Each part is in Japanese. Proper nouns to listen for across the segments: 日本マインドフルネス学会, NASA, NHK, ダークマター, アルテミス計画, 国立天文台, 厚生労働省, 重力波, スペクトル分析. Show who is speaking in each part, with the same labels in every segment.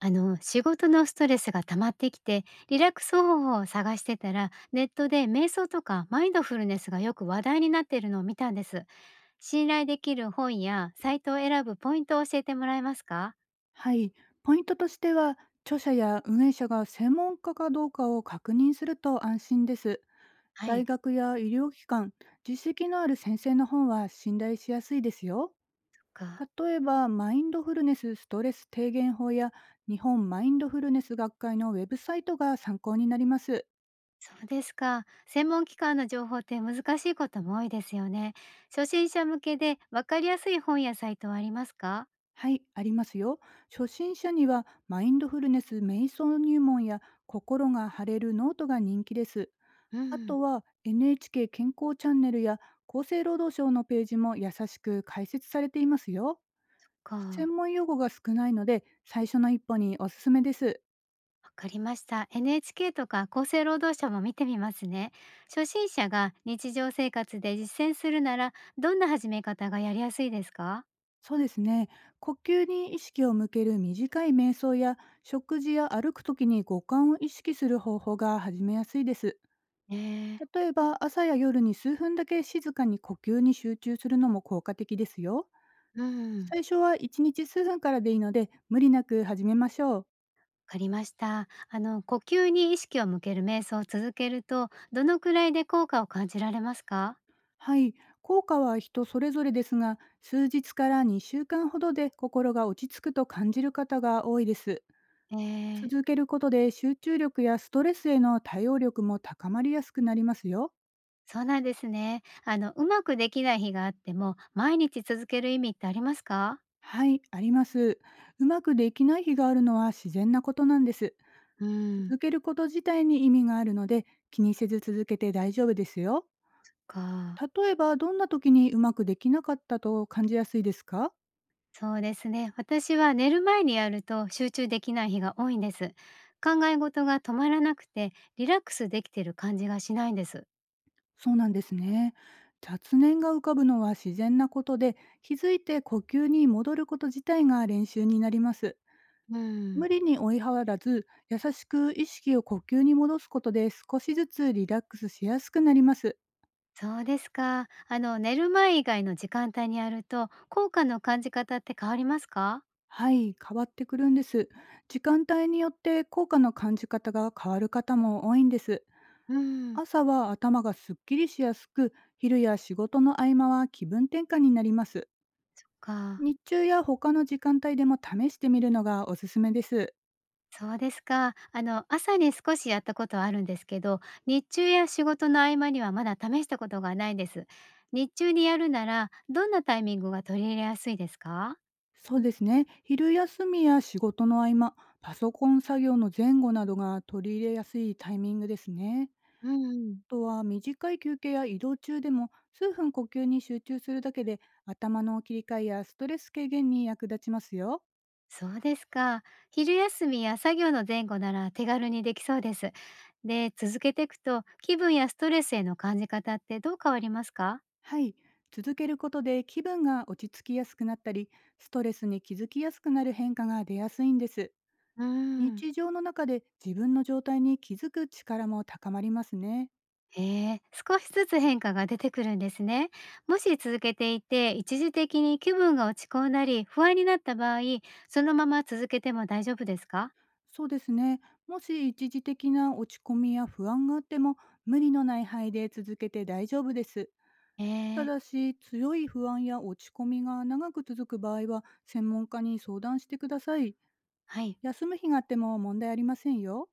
Speaker 1: 仕事のストレスが溜まってきて、リラックス方法を探してたら、ネットで瞑想とかマインドフルネスがよく話題になっているのを見たんです。信頼できる本やサイトを選ぶポイントを教えてもらえますか？
Speaker 2: はい、ポイントとしては著者や運営者が専門家かどうかを確認すると安心です。
Speaker 1: は
Speaker 2: 大
Speaker 1: い。
Speaker 2: 学や医療機関、実績のある先生の本は信頼しやすいですよ。
Speaker 1: か。
Speaker 2: 例えば、マインドフルネスストレス低減法や日本マインドフルネス学会のウェブサイトが参考になります。
Speaker 1: そうですか。専門機関の情報って難しいことも多いですよね。初心者向けでわかりやすい本やサイトはありますか？
Speaker 2: はい、ありますよ。初心者にはマインドフルネス瞑想入門や心が晴れるノートが人気です。
Speaker 1: う
Speaker 2: あ
Speaker 1: ん。
Speaker 2: とは NHK 健康チャンネルや厚生労働省のページも優しく解説されていますよ。
Speaker 1: か。
Speaker 2: 専門用語が少ないので最初の一歩におすすめです。
Speaker 1: わかりました。NHK とか厚生労働省も見てみますね。初心者が日常生活で実践するなら、どんな始め方がやりやすいですか？
Speaker 2: そうですね。呼吸に意識を向ける短い瞑想や食事や歩く時に五感を意識する方法が始めやすいです。
Speaker 1: えー、
Speaker 2: 例えば朝や夜に数分だけ静かに呼吸に集中するのも効果的ですよ。
Speaker 1: うん。
Speaker 2: 最初は1日数分からでいいので無理なく始めましょう。
Speaker 1: わかりました。呼吸に意識を向ける瞑想を続けると、どのくらいで効果を感じられますか？
Speaker 2: はい、効果は人それぞれですが、数日から2週間ほどで心が落ち着くと感じる方が多いです。
Speaker 1: えー、
Speaker 2: 続けることで集中力やストレスへの対応力も高まりやすくなりますよ。
Speaker 1: そうなんですね。うまくできない日があっても、毎日続ける意味ってありますか？
Speaker 2: はい、あります。うまくできない日があるのは自然なことなんです。
Speaker 1: うん。
Speaker 2: 続けること自体に意味があるので、気にせず続けて大丈夫ですよ。
Speaker 1: か。
Speaker 2: 例えば、どんな時にうまくできなかったと感じやすいですか？
Speaker 1: そうですね。私は寝る前にやると集中できない日が多いんです。考え事が止まらなくてリラックスできてる感じがしないんです。
Speaker 2: そうなんですね。雑念が浮かぶのは自然なことで、気づいて呼吸に戻ること自体が練習になります。
Speaker 1: う
Speaker 2: 無
Speaker 1: ん。
Speaker 2: 理に追い払わず、優しく意識を呼吸に戻すことで少しずつリラックスしやすくなります。
Speaker 1: そうですか。あの寝る前以外の時間帯にやると効果の感じ方って変わりますか？
Speaker 2: はい、変わってくるんです。時間帯によって効果の感じ方が変わる方も多いんです。
Speaker 1: うん。
Speaker 2: 朝は頭がすっきりしやすく、昼や仕事の合間は気分転換になります。
Speaker 1: か、
Speaker 2: 日中や他の時間帯でも試してみるのがおすすめです。
Speaker 1: そうですか。あの朝に少しやったことはあるんですけど、日中や仕事の合間にはまだ試したことがないです。日中にやるならどんなタイミングが取り入れやすいですか？
Speaker 2: そうですね。昼休みや仕事の合間、パソコン作業の前後などが取り入れやすいタイミングですね。あ
Speaker 1: うんうん。
Speaker 2: とは短い休憩や移動中でも数分呼吸に集中するだけで頭の切り替えやストレス軽減に役立ちますよ。
Speaker 1: そうですか。昼休みや作業の前後なら手軽にできそうです。で、続けていくと気分やストレスへの感じ方ってどう変わりますか？
Speaker 2: はい。続けることで気分が落ち着きやすくなったり、ストレスに気づきやすくなる変化が出やすいんです。
Speaker 1: うーん。
Speaker 2: 日常の中で自分の状態に気づく力も高まりますね。
Speaker 1: へえ、少しずつ変化が出てくるんですね。もし続けていて一時的に気分が落ち込んだり不安になった場合、そのまま続けても大丈夫ですか？
Speaker 2: そうですね。もし一時的な落ち込みや不安があっても、無理のない範囲で続けて大丈夫です。
Speaker 1: え
Speaker 2: た
Speaker 1: ー、
Speaker 2: だし、強い不安や落ち込みが長く続く場合は、専門家に相談してください。
Speaker 1: はい。
Speaker 2: 休む日があっても問題ありませんよ。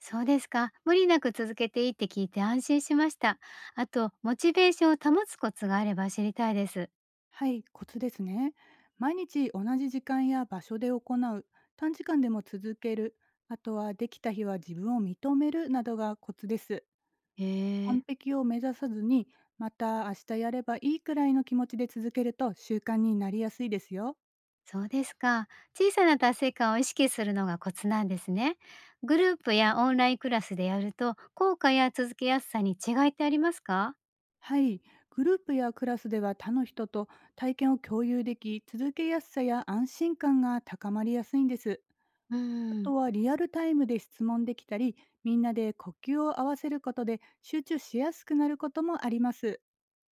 Speaker 1: そうですか。無理なく続けていいって聞いて安心しました。あと、モチベーションを保つコツがあれば知りたいです。
Speaker 2: はい、コツですね。毎日同じ時間や場所で行う。短時間でも続ける。あとはできた日は自分を認めるなどがコツです。
Speaker 1: へえ
Speaker 2: 完
Speaker 1: ー。
Speaker 2: 璧を目指さずに、また明日やればいいくらいの気持ちで続けると習慣になりやすいですよ。
Speaker 1: そうですか。小さな達成感を意識するのがコツなんですね。グループやオンラインクラスでやると、効果や続けやすさに違いってありますか？
Speaker 2: はい、グループやクラスでは他の人と体験を共有でき、続けやすさや安心感が高まりやすいんです。
Speaker 1: うー
Speaker 2: あと
Speaker 1: ん、
Speaker 2: はリアルタイムで質問できたり、みんなで呼吸を合わせることで集中しやすくなることもあります。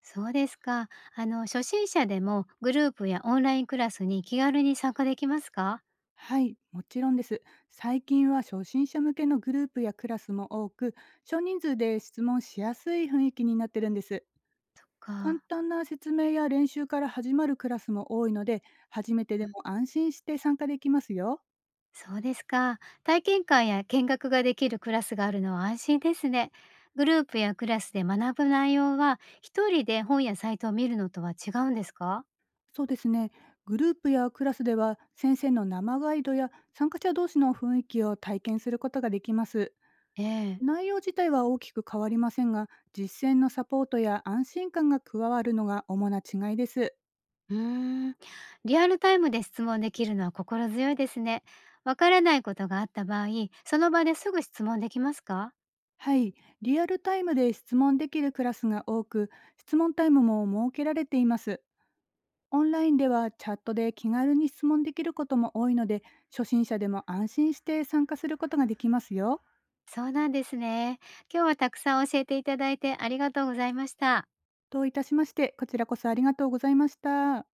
Speaker 1: そうですか。初心者でもグループやオンラインクラスに気軽に参加できますか？
Speaker 2: はい、もちろんです。最近は初心者向けのグループやクラスも多く、少人数で質問しやすい雰囲気になってるんです。
Speaker 1: そっ
Speaker 2: 簡
Speaker 1: か。
Speaker 2: 単な説明や練習から始まるクラスも多いので、初めてで
Speaker 1: うん、
Speaker 2: も安心して参加できますよ。
Speaker 1: そうですか。体験会や見学ができるクラスがあるのは安心ですね。グループやクラスで学ぶ内容は、一人で本やサイトを見るのとは違うんですか？
Speaker 2: そうですね。グループやクラスでは先生の生ガイドや参加者同士の雰囲気を体験することができます。
Speaker 1: ええ。
Speaker 2: 内容自体は大きく変わりませんが、実践のサポートや安心感が加わるのが主な違いです。
Speaker 1: うーん、リアルタイムで質問できるのは心強いですね。わからないことがあった場合、その場ですぐ質問できますか？
Speaker 2: はい、リアルタイムで質問できるクラスが多く、質問タイムも設けられています。オンラインではチャットで気軽に質問できることも多いので、初心者でも安心して参加することができますよ。
Speaker 1: そうなんですね。今日はたくさん教えていただいてありがとうございました。
Speaker 2: どういたしまして、こちらこそありがとうございました。